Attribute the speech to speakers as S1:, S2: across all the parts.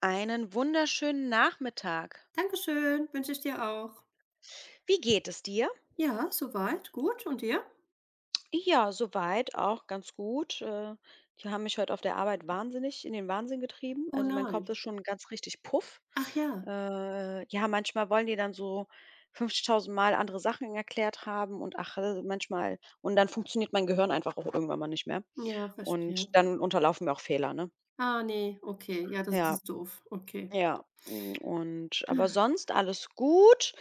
S1: Einen wunderschönen Nachmittag.
S2: Dankeschön, wünsche ich dir auch.
S1: Wie geht es dir?
S2: Ja, soweit, gut. Und dir?
S1: Ja, soweit auch ganz gut. Die haben mich heute auf der Arbeit wahnsinnig in den Wahnsinn getrieben.
S2: Oh
S1: Also mein Kopf
S2: nein.
S1: ist schon ganz richtig puff.
S2: Ach ja.
S1: Ja, manchmal wollen die dann so 50.000 Mal andere Sachen erklärt haben und ach, manchmal und dann funktioniert mein Gehirn einfach auch irgendwann mal nicht mehr.
S2: Ja,
S1: Und
S2: verstehe.
S1: dann unterlaufen mir auch Fehler, ne?
S2: Ah, nee, okay. Ja, das
S1: Ja,
S2: ist doof. Okay.
S1: ja. Und aber sonst alles gut.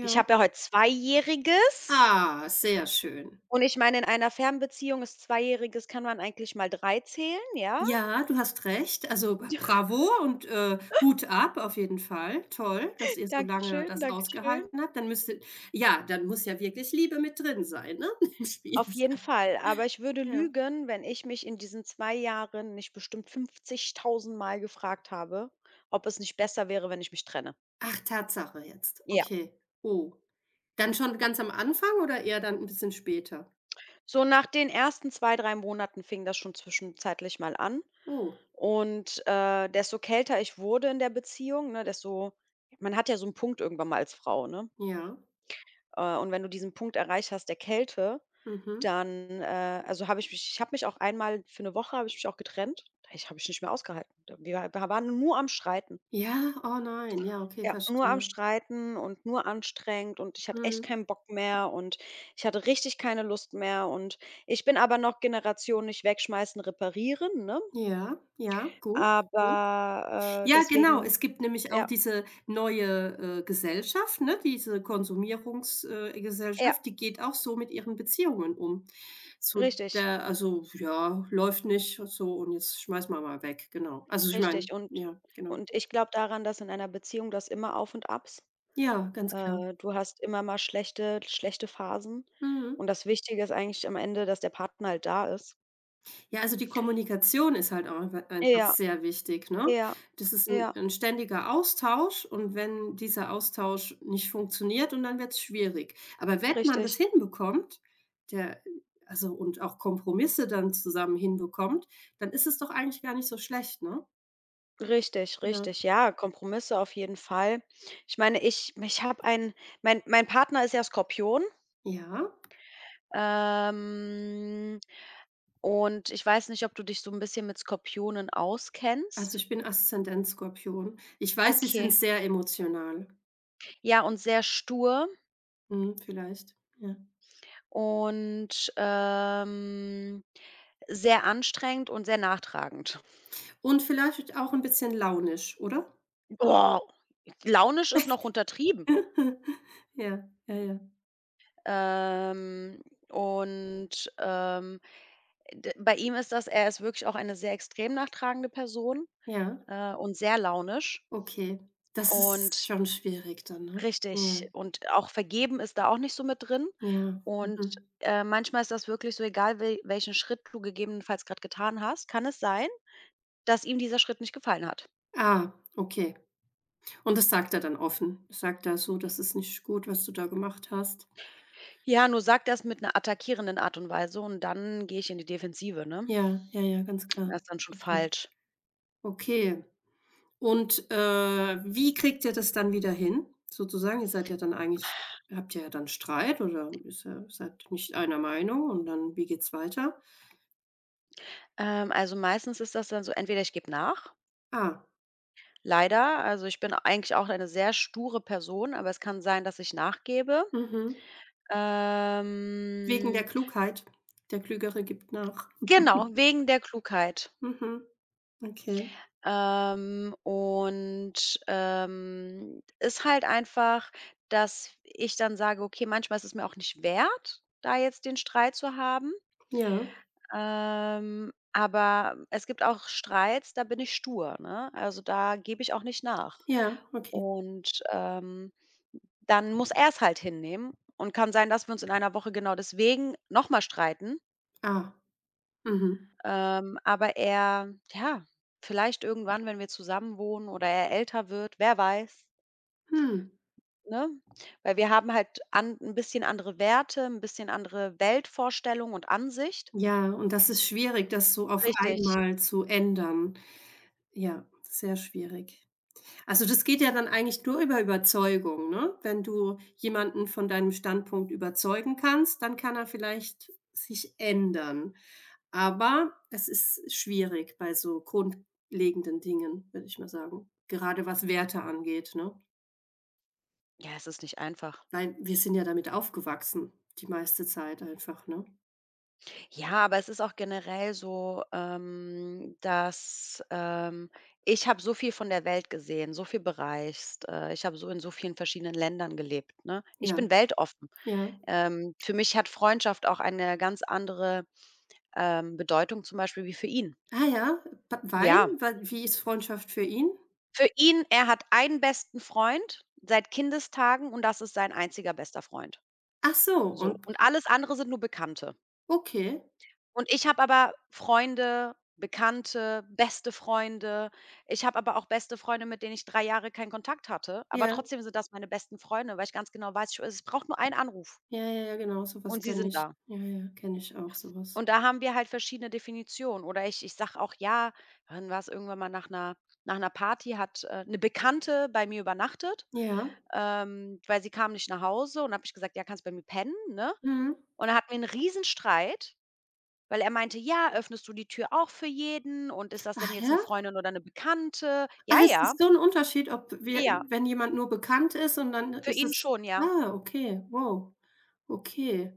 S1: Ich habe ja heute Zweijähriges.
S2: Ah, sehr schön.
S1: Und ich meine, in einer Fernbeziehung ist Zweijähriges kann man eigentlich mal 3 zählen, ja?
S2: Ja, du hast recht. Also, bravo und, Hut ab auf jeden Fall. Toll, dass ihr so lange
S1: Dankeschön,
S2: das
S1: dankeschön.
S2: ausgehalten habt. Dann muss ja wirklich Liebe mit drin sein, ne, im Spiel
S1: Auf jeden
S2: sein.
S1: Fall, aber ich würde
S2: Ja.
S1: lügen, wenn ich mich in diesen 2 Jahren nicht bestimmt 50.000 Mal gefragt habe, ob es nicht besser wäre, wenn ich mich trenne.
S2: Ach, Tatsache jetzt.
S1: Ja.
S2: Okay. Oh. Dann schon ganz am Anfang oder eher dann 'n bisschen später?
S1: So nach den ersten 2, 3 Monaten fing das schon zwischenzeitlich mal an
S2: Oh,
S1: und desto kälter ich wurde in der Beziehung, ne, desto man hat ja so einen Punkt irgendwann mal als Frau, ne?
S2: ja.
S1: Und wenn du diesen Punkt erreicht hast der Kälte.
S2: Mhm.
S1: Dann, also, habe ich mich ich habe mich auch einmal für eine Woche habe ich mich auch getrennt. Ich habe ich nicht mehr ausgehalten. Da wir waren nur am Streiten.
S2: Ja, oh nein. Ja, okay,
S1: Ja, nur am
S2: verstehe.
S1: Streiten und nur anstrengend und ich hatte echt
S2: Mhm.
S1: keinen Bock mehr und ich hatte richtig keine Lust mehr und ich bin aber noch Generation nicht wegschmeißen, reparieren, ne?
S2: Ja, ja, gut, gut.
S1: Aber,
S2: Ja, genau.
S1: deswegen
S2: Es gibt nämlich auch
S1: ja,
S2: diese neue, Gesellschaft, ne, diese Konsumierungs
S1: ja,
S2: Gesellschaft, die geht auch so mit ihren Beziehungen um. So,
S1: richtig,
S2: der also, ja, läuft nicht so und jetzt schmeißen wir mal weg, genau. Also, ich meine,
S1: richtig. Und
S2: ja, genau.
S1: und ich glaube daran, dass in einer Beziehung das immer Auf und Abs.
S2: Ja, ganz klar.
S1: Du hast immer mal schlechte Phasen
S2: Mhm.
S1: und das Wichtige ist eigentlich am Ende, dass der Partner halt da ist.
S2: Ja, also die Kommunikation ist halt auch einfach
S1: Ja,
S2: sehr wichtig, ne?
S1: ja,
S2: Das ist ein
S1: ja,
S2: 'n ständiger Austausch, und wenn dieser Austausch nicht funktioniert, und dann wird's schwierig. Aber wenn man das
S1: richtig,
S2: hinbekommt, der also und auch Kompromisse dann zusammen hinbekommt, dann ist es doch eigentlich gar nicht so schlecht, ne?
S1: richtig,
S2: Ja.
S1: richtig. Ja, Kompromisse auf jeden Fall. Ich meine, ich habe einen mein Partner ist ja Skorpion,
S2: Ja,
S1: ähm, und ich weiß nicht, ob du dich so ein bisschen mit Skorpionen
S2: also
S1: auskennst?
S2: ich bin Aszendent Skorpion. Ich weiß, sie sind
S1: Okay.
S2: sehr emotional.
S1: Ja, und sehr stur
S2: Mhm, vielleicht, ja.
S1: und, sehr anstrengend und sehr nachtragend.
S2: Und vielleicht auch ein bisschen launisch, oder?
S1: Oh, launisch ist noch untertrieben.
S2: Ja, ja, ja.
S1: Ähm, und, ähm, d Bei ihm ist das er ist wirklich auch eine sehr extrem nachtragende Person,
S2: Ja,
S1: und sehr launisch
S2: okay. Das ist
S1: und
S2: schon schwierig dann, ne?
S1: richtig.
S2: Ja,
S1: Und auch vergeben ist da auch nicht so mit drin.
S2: ja,
S1: Und,
S2: mhm.
S1: manchmal ist das wirklich so egal, welchen Schritt du gegebenenfalls gerade getan hast, kann es sein, dass ihm dieser Schritt nicht gefallen hat.
S2: Ah, okay. Und das sagt er dann offen? Sagt er so: „Das ist nicht gut, was du da gemacht hast?“
S1: Ja, nur sag das mit 'ner attackierenden Art und Weise und dann gehe ich in die Defensive, ne?
S2: Ja, ja, ja, ganz klar.
S1: Das ist dann schon
S2: Okay.
S1: falsch.
S2: Okay. Und, wie kriegt ihr das dann wieder hin, sozusagen? Ihr seid ja dann eigentlich habt ihr ja dann Streit oder ist ja seid nicht einer Meinung, und dann wie geht's weiter?
S1: Also, meistens ist das dann so, entweder ich gebe nach,
S2: Ah,
S1: leider. Also, ich bin eigentlich auch eine sehr sture Person, aber es kann sein, dass ich nachgebe.
S2: mhm. Wegen der
S1: Ähm,
S2: Klugheit. Der Klügere gibt nach.
S1: genau, wegen der Klugheit.
S2: Mhm. Okay.
S1: Und ist halt einfach, dass ich dann sage: „Okay, manchmal ist es mir auch nicht wert, da jetzt den Streit zu haben.“
S2: Ja.
S1: Aber es gibt auch Streits, da bin ich stur, ne? Also, da gebe ich auch nicht nach.
S2: Ja, okay.
S1: Und, dann muss er es halt hinnehmen und kann sein, dass wir uns in einer Woche genau deswegen nochmal streiten.
S2: Ah. Mhm.
S1: Ähm, aber er ja, vielleicht irgendwann, wenn wir zusammen wohnen oder er älter wird, wer weiß,
S2: Hm.
S1: ne? Weil wir haben halt an 'n bisschen andere Werte, ein bisschen andere Weltvorstellung und Ansicht.
S2: Ja, und das ist schwierig, das so auf
S1: Richtig.
S2: einmal zu ändern. Ja, sehr schwierig. Also, das geht ja dann eigentlich nur über Überzeugung, ne? Wenn du jemanden von deinem Standpunkt überzeugen kannst, dann kann er vielleicht sich ändern. Aber es ist schwierig bei so grundlegenden Dingen, würde ich mal sagen. Gerade was Werte angeht, ne?
S1: Ja, es ist nicht einfach.
S2: Weil wir sind ja damit aufgewachsen, die meiste Zeit einfach, ne?
S1: Ja, aber es ist auch generell so, ich habe so viel von der Welt gesehen, so viel bereist. Ich habe so in so vielen verschiedenen Ländern gelebt, ne? Ich
S2: Ja,
S1: bin weltoffen.
S2: ja.
S1: Für mich hat Freundschaft auch eine ganz andere, Bedeutung zum Beispiel wie für ihn.
S2: Ah ja, b weil?
S1: Ja,
S2: Wa wie ist Freundschaft für ihn?
S1: für ihn er hat einen besten Freund seit Kindestagen und das ist sein einziger bester Freund.
S2: Ach so,
S1: So,
S2: und
S1: und alles andere sind nur Bekannte.
S2: okay,
S1: Und ich habe aber Freunde, Bekannte, beste Freunde. Ich habe aber auch beste Freunde, mit denen ich 3 Jahre keinen Kontakt hatte, aber
S2: ja.
S1: trotzdem sind das meine besten Freunde, weil ich ganz genau weiß, ich es braucht nur einen Anruf
S2: Ja, ja, ja, genau, so was
S1: und sie
S2: kenne
S1: sind
S2: ich.
S1: da.
S2: Ja, ja, kenne ich auch so was.
S1: Und da haben wir halt verschiedene Definitionen oder ich sage auch: „Ja“. Dann war es irgendwann mal nach 'ner Party hat, 'ne Bekannte bei mir übernachtet,
S2: Ja,
S1: weil sie kam nicht nach Hause und habe ich gesagt: „Ja, kannst bei mir pennen“, ne?
S2: mhm.
S1: Und dann hatten wir einen Riesenstreit. Weil er meinte: „Ja, öffnest du die Tür auch für jeden und ist das denn
S2: Ach
S1: jetzt 'ne
S2: ja?
S1: Freundin oder 'ne Bekannte?“ Ja,
S2: Ach, es
S1: ja,
S2: ist so 'n Unterschied, ob wir,
S1: ja,
S2: wenn jemand nur bekannt ist, und dann
S1: für
S2: ist
S1: ihn
S2: es
S1: schon, ja.
S2: okay, wow, okay.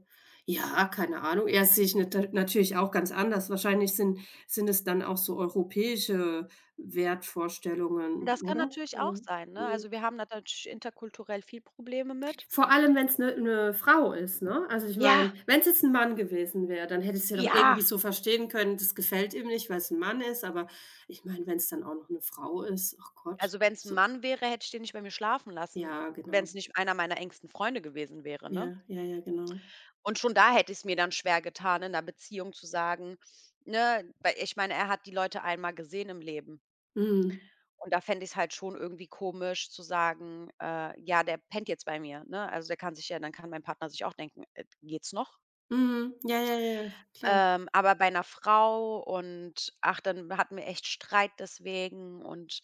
S2: Ja, keine Ahnung. Ja, das sehe ich natürlich auch ganz anders. Wahrscheinlich sind es dann auch so europäische Wertvorstellungen,
S1: Das kann
S2: oder?
S1: natürlich auch
S2: Mhm.
S1: sein, ne? Also,
S2: Mhm.
S1: wir haben da natürlich interkulturell viel Probleme mit.
S2: Vor allem, wenn's 'ne Frau ist, ne? Also, ich
S1: Ja,
S2: meine, wenn's jetzt 'n Mann gewesen wäre, dann hätte ich's ja doch
S1: ja.
S2: irgendwie so verstehen können, das gefällt ihm nicht, weil's 'n Mann ist, aber ich meine, wenn's dann auch noch 'ne Frau ist, ach Gott,
S1: Also, wenn's 'n
S2: so,
S1: Mann wäre, hätte ich den nicht bei mir schlafen lassen,
S2: ja, genau.
S1: wenn's nicht einer meiner engsten Freunde gewesen wäre, ne?
S2: Ja, ja, ja, genau.
S1: Und schon da hätte ich's mir dann schwer getan, in 'ner Beziehung zu sagen, ne? Weil ich meine, er hat die Leute einmal gesehen im Leben.
S2: Mhm.
S1: Und da fände ich es halt schon irgendwie komisch zu sagen: „Ja, der pennt jetzt bei mir“, ne? Also, der kann sich ja dann kann mein Partner sich auch denken: geht's noch?“
S2: Mhm. Ja, ja, ja, ja, klar.
S1: Aber bei einer Frau und dann hatten wir echt Streit deswegen und,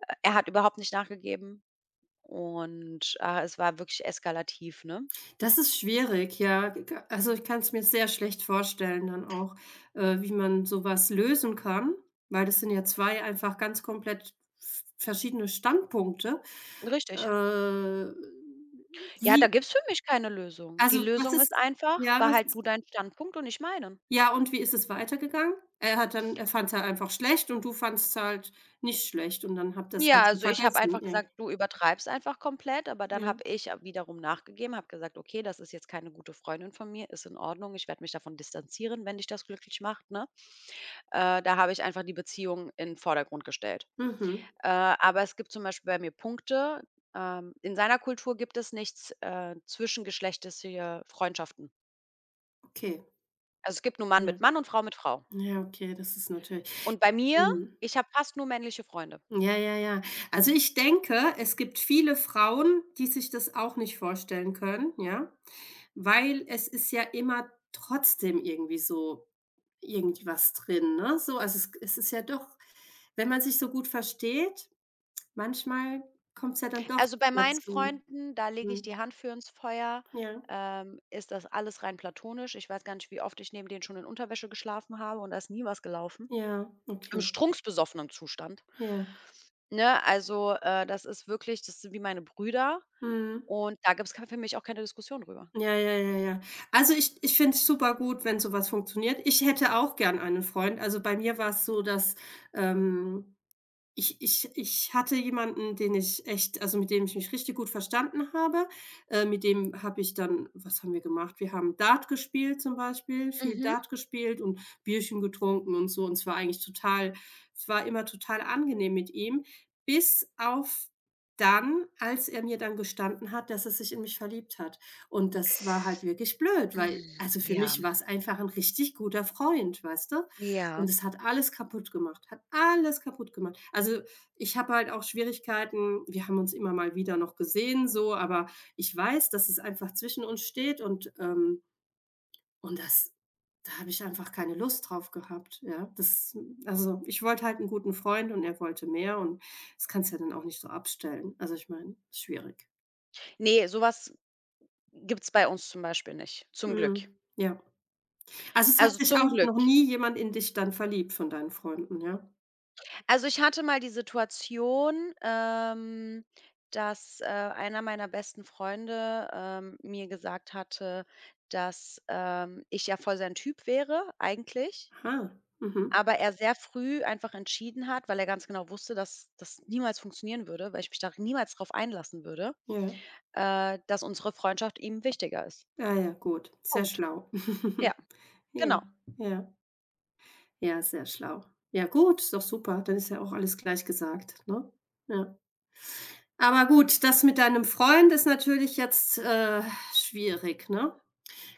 S1: er hat überhaupt nicht nachgegeben und, es war wirklich eskalativ, ne?
S2: Das ist schwierig, ja. G Also, ich kann es mir sehr schlecht vorstellen dann auch, wie man sowas lösen kann, weil das sind ja 2 einfach ganz komplett v verschiedene Standpunkte. Äh,
S1: Richtig. Ja, da
S2: wie
S1: gibt's für mich keine Lösung. Die
S2: Also,
S1: Lösung ist einfach:
S2: was
S1: Behalt du
S2: ist,
S1: deinen Standpunkt und ich meinen.
S2: ja, und wie ist es weitergegangen? Er hat dann Er fand's halt einfach schlecht, und du fandst halt nicht schlecht, und dann habt ihr's
S1: Ja,
S2: halt so
S1: also ich habe
S2: vergessen,
S1: einfach
S2: irgend
S1: gesagt: „Du übertreibst einfach komplett“, aber dann
S2: ja.
S1: habe ich wiederum nachgegeben, habe gesagt: „Okay, das ist jetzt keine gute Freundin von mir, ist in Ordnung. Ich werde mich davon distanzieren, wenn dich das glücklich macht“, ne? Da habe ich einfach die Beziehung in den Vordergrund gestellt.
S2: Mhm,
S1: Äh, aber es gibt zum Beispiel bei mir Punkte, in seiner Kultur gibt es nichts, zwischengeschlechtliche Freundschaften.
S2: okay.
S1: Also, es gibt nur Mann
S2: Ja.
S1: mit Mann und Frau mit Frau.
S2: Ja, okay, das ist natürlich.
S1: Und bei mir
S2: Mhm.
S1: Ich habe fast nur männliche Freunde.
S2: Ja, ja, ja. Also, ich denke, es gibt viele Frauen, die sich das auch nicht vorstellen können, ja, weil es ist ja immer trotzdem irgendwie so irgendwas drin, ne? So, also, es ist ja doch, wenn man sich so gut versteht, manchmal kommt's ja dann doch
S1: Also, bei meinen
S2: dazu.
S1: Freunden, da lege ich die
S2: Mhm.
S1: Hand für ins Feuer,
S2: Ja,
S1: ist das alles rein platonisch. Ich weiß gar nicht, wie oft ich neben denen schon in Unterwäsche geschlafen habe und da ist nie was gelaufen.
S2: ja,
S1: Im
S2: okay,
S1: strunksbesoffenen Zustand,
S2: ja.
S1: ne? Also, das ist wirklich das sind wie meine Brüder
S2: Mhm.
S1: und da gibt es für mich auch keine Diskussion drüber.
S2: Ja, ja, ja, ja. Also, ich finde es super gut, wenn sowas funktioniert. Ich hätte auch gern einen Freund. Also, bei mir war es so, dass ähm ich hatte jemanden, den ich echt also, mit dem ich mich richtig gut verstanden habe. Mit dem habe ich dann was haben wir gemacht? Wir haben Dart gespielt zum Beispiel, viel
S1: Mhm.
S2: Dart gespielt und Bierchen getrunken und so, und es war immer total angenehm mit ihm, bis auf dann, als er mir dann gestanden hat, dass er sich in mich verliebt hat. Und das war halt wirklich blöd, weil
S1: Hm,
S2: also, für
S1: ja,
S2: mich war es einfach ein richtig guter Freund, weißt du?
S1: ja.
S2: Und es hat alles kaputt gemacht, hat alles kaputt gemacht. Also, ich habe halt auch Schwierigkeiten, wir haben uns immer mal wieder noch gesehen so, aber ich weiß, dass es einfach zwischen uns steht, und das da habe ich einfach keine Lust drauf gehabt, ja. Das Also, ich wollte halt einen guten Freund und er wollte mehr, und das kannst du ja dann auch nicht so abstellen. Also, ich meine, schwierig.
S1: Ne, sowas was gibt's bei uns zum Beispiel nicht, zum Glück.
S2: Mhm, ja. Also, es hat
S1: Also,
S2: sich
S1: zum
S2: auch
S1: Glück.
S2: noch nie jemand in dich dann verliebt von deinen Freunden, ja?
S1: Also, ich hatte mal die Situation, dass, einer meiner besten Freunde, mir gesagt hatte, dass, ich ja voll sein Typ wäre eigentlich,
S2: Aha, mhm,
S1: aber er sehr früh einfach entschieden hat, weil er ganz genau wusste, dass das niemals funktionieren würde, weil ich mich da niemals drauf einlassen würde,
S2: ja.
S1: dass unsere Freundschaft ihm wichtiger ist.
S2: Ah ja, gut, sehr
S1: Punkt.
S2: schlau.
S1: Ja,
S2: Ja,
S1: genau.
S2: ja, ja, sehr schlau. Ja gut, ist doch super, dann ist ja auch alles gleich gesagt, ne? Ja. Aber gut, das mit deinem Freund ist natürlich jetzt, schwierig, ne?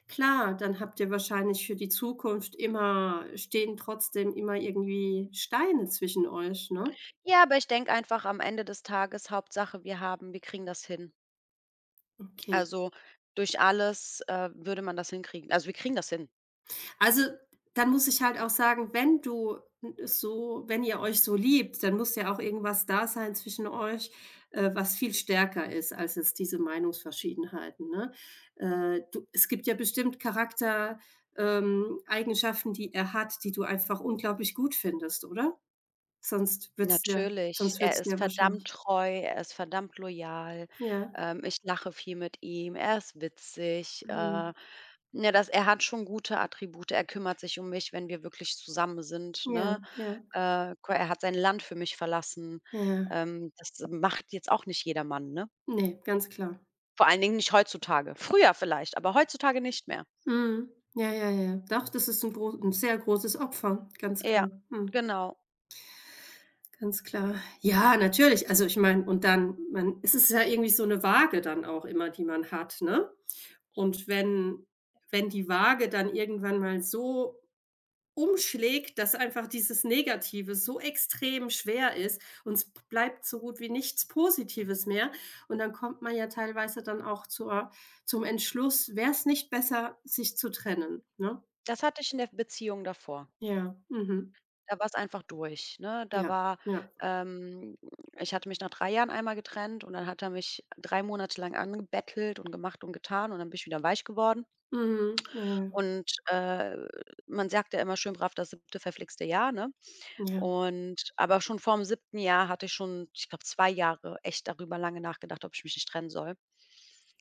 S2: Klar, dann habt ihr wahrscheinlich für die Zukunft immer stehen trotzdem immer irgendwie Steine zwischen euch, ne?
S1: Ja, aber ich denke einfach am Ende des Tages, Hauptsache, wir kriegen das hin.
S2: Okay.
S1: Also, durch alles, würde man das hinkriegen. Also, wir kriegen das hin.
S2: Also, dann muss ich halt auch sagen, wenn ihr euch so liebt, dann muss ja auch irgendwas da sein zwischen euch, was viel stärker ist als jetzt diese Meinungsverschiedenheiten, ne? Du Es gibt ja bestimmt Charakter Eigenschaften, die er hat, die du einfach unglaublich gut findest, oder? Sonst würde es dir
S1: Natürlich,
S2: sonst würde
S1: er
S2: es
S1: ist
S2: dir
S1: verdammt
S2: wahrscheinlich,
S1: treu, er ist verdammt loyal.
S2: ja,
S1: Ich lache viel mit ihm, er ist witzig.
S2: mhm.
S1: Ne, das er hat schon gute Attribute. Er kümmert sich um mich, wenn wir wirklich zusammen sind,
S2: Ja,
S1: ne?
S2: ja,
S1: Gu Er hat sein Land für mich verlassen.
S2: ja.
S1: Das macht jetzt auch nicht jedermann, ne?
S2: Ne, ganz klar.
S1: Vor allen Dingen nicht heutzutage. Früher vielleicht, aber heutzutage nicht mehr.
S2: Mhm. Ja, ja, ja. Doch, das ist ein gro 'n sehr großes Opfer, ganz klar.
S1: Ja,
S2: Mhm.
S1: genau.
S2: Ganz klar. Ja, natürlich. Also, ich meine, und dann man es ist ja irgendwie so eine Waage dann auch immer, die man hat, ne? Und wenn die Waage dann irgendwann mal so umschlägt, dass einfach dieses Negative so extrem schwer ist und es bleibt so gut wie nichts Positives mehr, und dann kommt man ja teilweise dann auch zur zum Entschluss: „Wäre es nicht besser, sich zu trennen“, ne?
S1: Das hatte ich in der Beziehung davor.
S2: Ja, mhm.
S1: Da war's einfach durch, ne? Da
S2: Ja,
S1: war
S2: ja.
S1: ähm, ich hatte mich nach 3 Jahren einmal getrennt und dann hat er mich 3 Monate lang angebettelt und gemacht und getan und dann bin ich wieder weich geworden.
S2: Mhm. Ja,
S1: Und, äh, man sagt ja immer schön brav das siebte verflixte Jahr, ne?
S2: ja,
S1: Und aber schon vorm siebten Jahr hatte ich schon, ich glaube, 2 Jahre echt darüber lange nachgedacht, ob ich mich nicht trennen soll,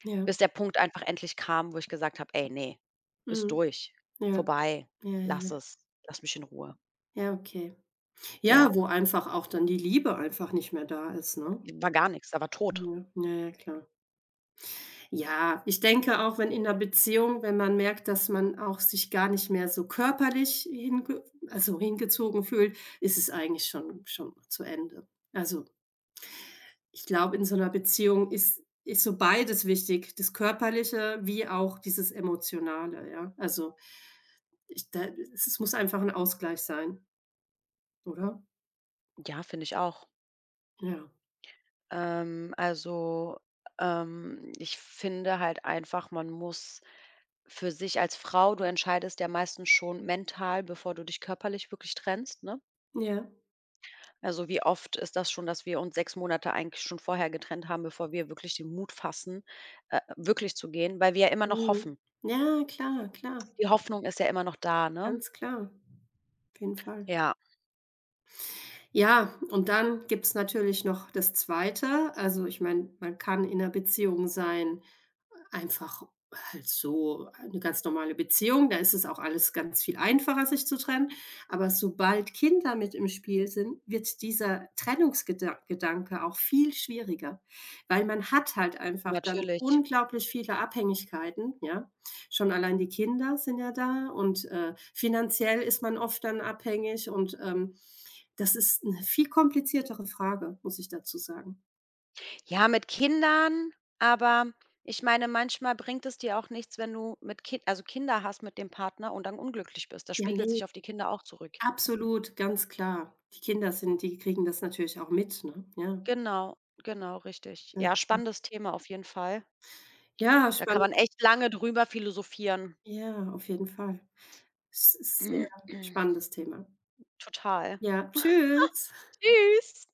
S2: ja, ja.
S1: bis der Punkt einfach endlich kam, wo ich gesagt habe: „Ey, ne, ist
S2: Mhm.
S1: durch,
S2: Ja,
S1: vorbei,
S2: ja, ja,
S1: lass
S2: ja.
S1: es, lass mich in Ruhe.“
S2: Ja, okay.
S1: Ja,
S2: Ja, wo einfach auch dann die Liebe einfach nicht mehr da ist, ne?
S1: war gar nix, da war tot.
S2: Ja, ja, ja, klar. Ja, ich denke auch, wenn in der Beziehung, wenn man merkt, dass man auch sich gar nicht mehr so körperlich hinge also, hingezogen fühlt, ist es eigentlich schon zu Ende. Also, ich glaube, in so einer Beziehung ist so beides wichtig, das Körperliche wie auch dieses Emotionale, ja? Also, ich da es muss einfach ein Ausgleich sein, oder?
S1: Ja, finde ich auch.
S2: Ja.
S1: Also, ich finde halt einfach, man muss für sich als Frau du entscheidest ja meistens schon mental, bevor du dich körperlich wirklich trennst, ne?
S2: Ja.
S1: Also, wie oft ist das schon, dass wir uns 6 Monate eigentlich schon vorher getrennt haben, bevor wir wirklich den Mut fassen, wirklich zu gehen, weil wir ja immer noch
S2: Mhm.
S1: hoffen.
S2: Ja, klar, klar,
S1: Die Hoffnung ist ja immer noch da, ne?
S2: ganz klar. Auf jeden Fall.
S1: Ja,
S2: Ja, und dann gibt's natürlich noch das Zweite. Also, ich meine, man kann in einer Beziehung sein, einfach halt so eine ganz normale Beziehung, da ist es auch alles ganz viel einfacher, sich zu trennen. Aber sobald Kinder mit im Spiel sind, wird dieser Trennungsgedanke auch viel schwieriger, weil man hat halt einfach dann
S1: natürlich.
S2: unglaublich viele Abhängigkeiten, ja? Schon allein die Kinder sind ja da und, finanziell ist man oft dann abhängig, und, das ist eine viel kompliziertere Frage, muss ich dazu sagen.
S1: Ja, mit Kindern, aber ich meine, manchmal bringt es dir auch nichts, wenn du mit Kind also Kinder hast mit dem Partner und dann unglücklich bist. Das
S2: Ja,
S1: spiegelt
S2: ne.
S1: sich auf die Kinder auch zurück.
S2: Absolut, ganz klar. Die Kinder sind die kriegen das natürlich auch mit, ne? Ja,
S1: Genau, genau, richtig. Ja, spannendes
S2: natürlich.
S1: Thema auf jeden Fall.
S2: Ja,
S1: Da kann
S2: spannend.
S1: man echt lange drüber philosophieren.
S2: Ja, auf jeden Fall. Es ist sehr spannendes Thema.
S1: Total.
S2: Ja, tschüss.
S1: Tschüss.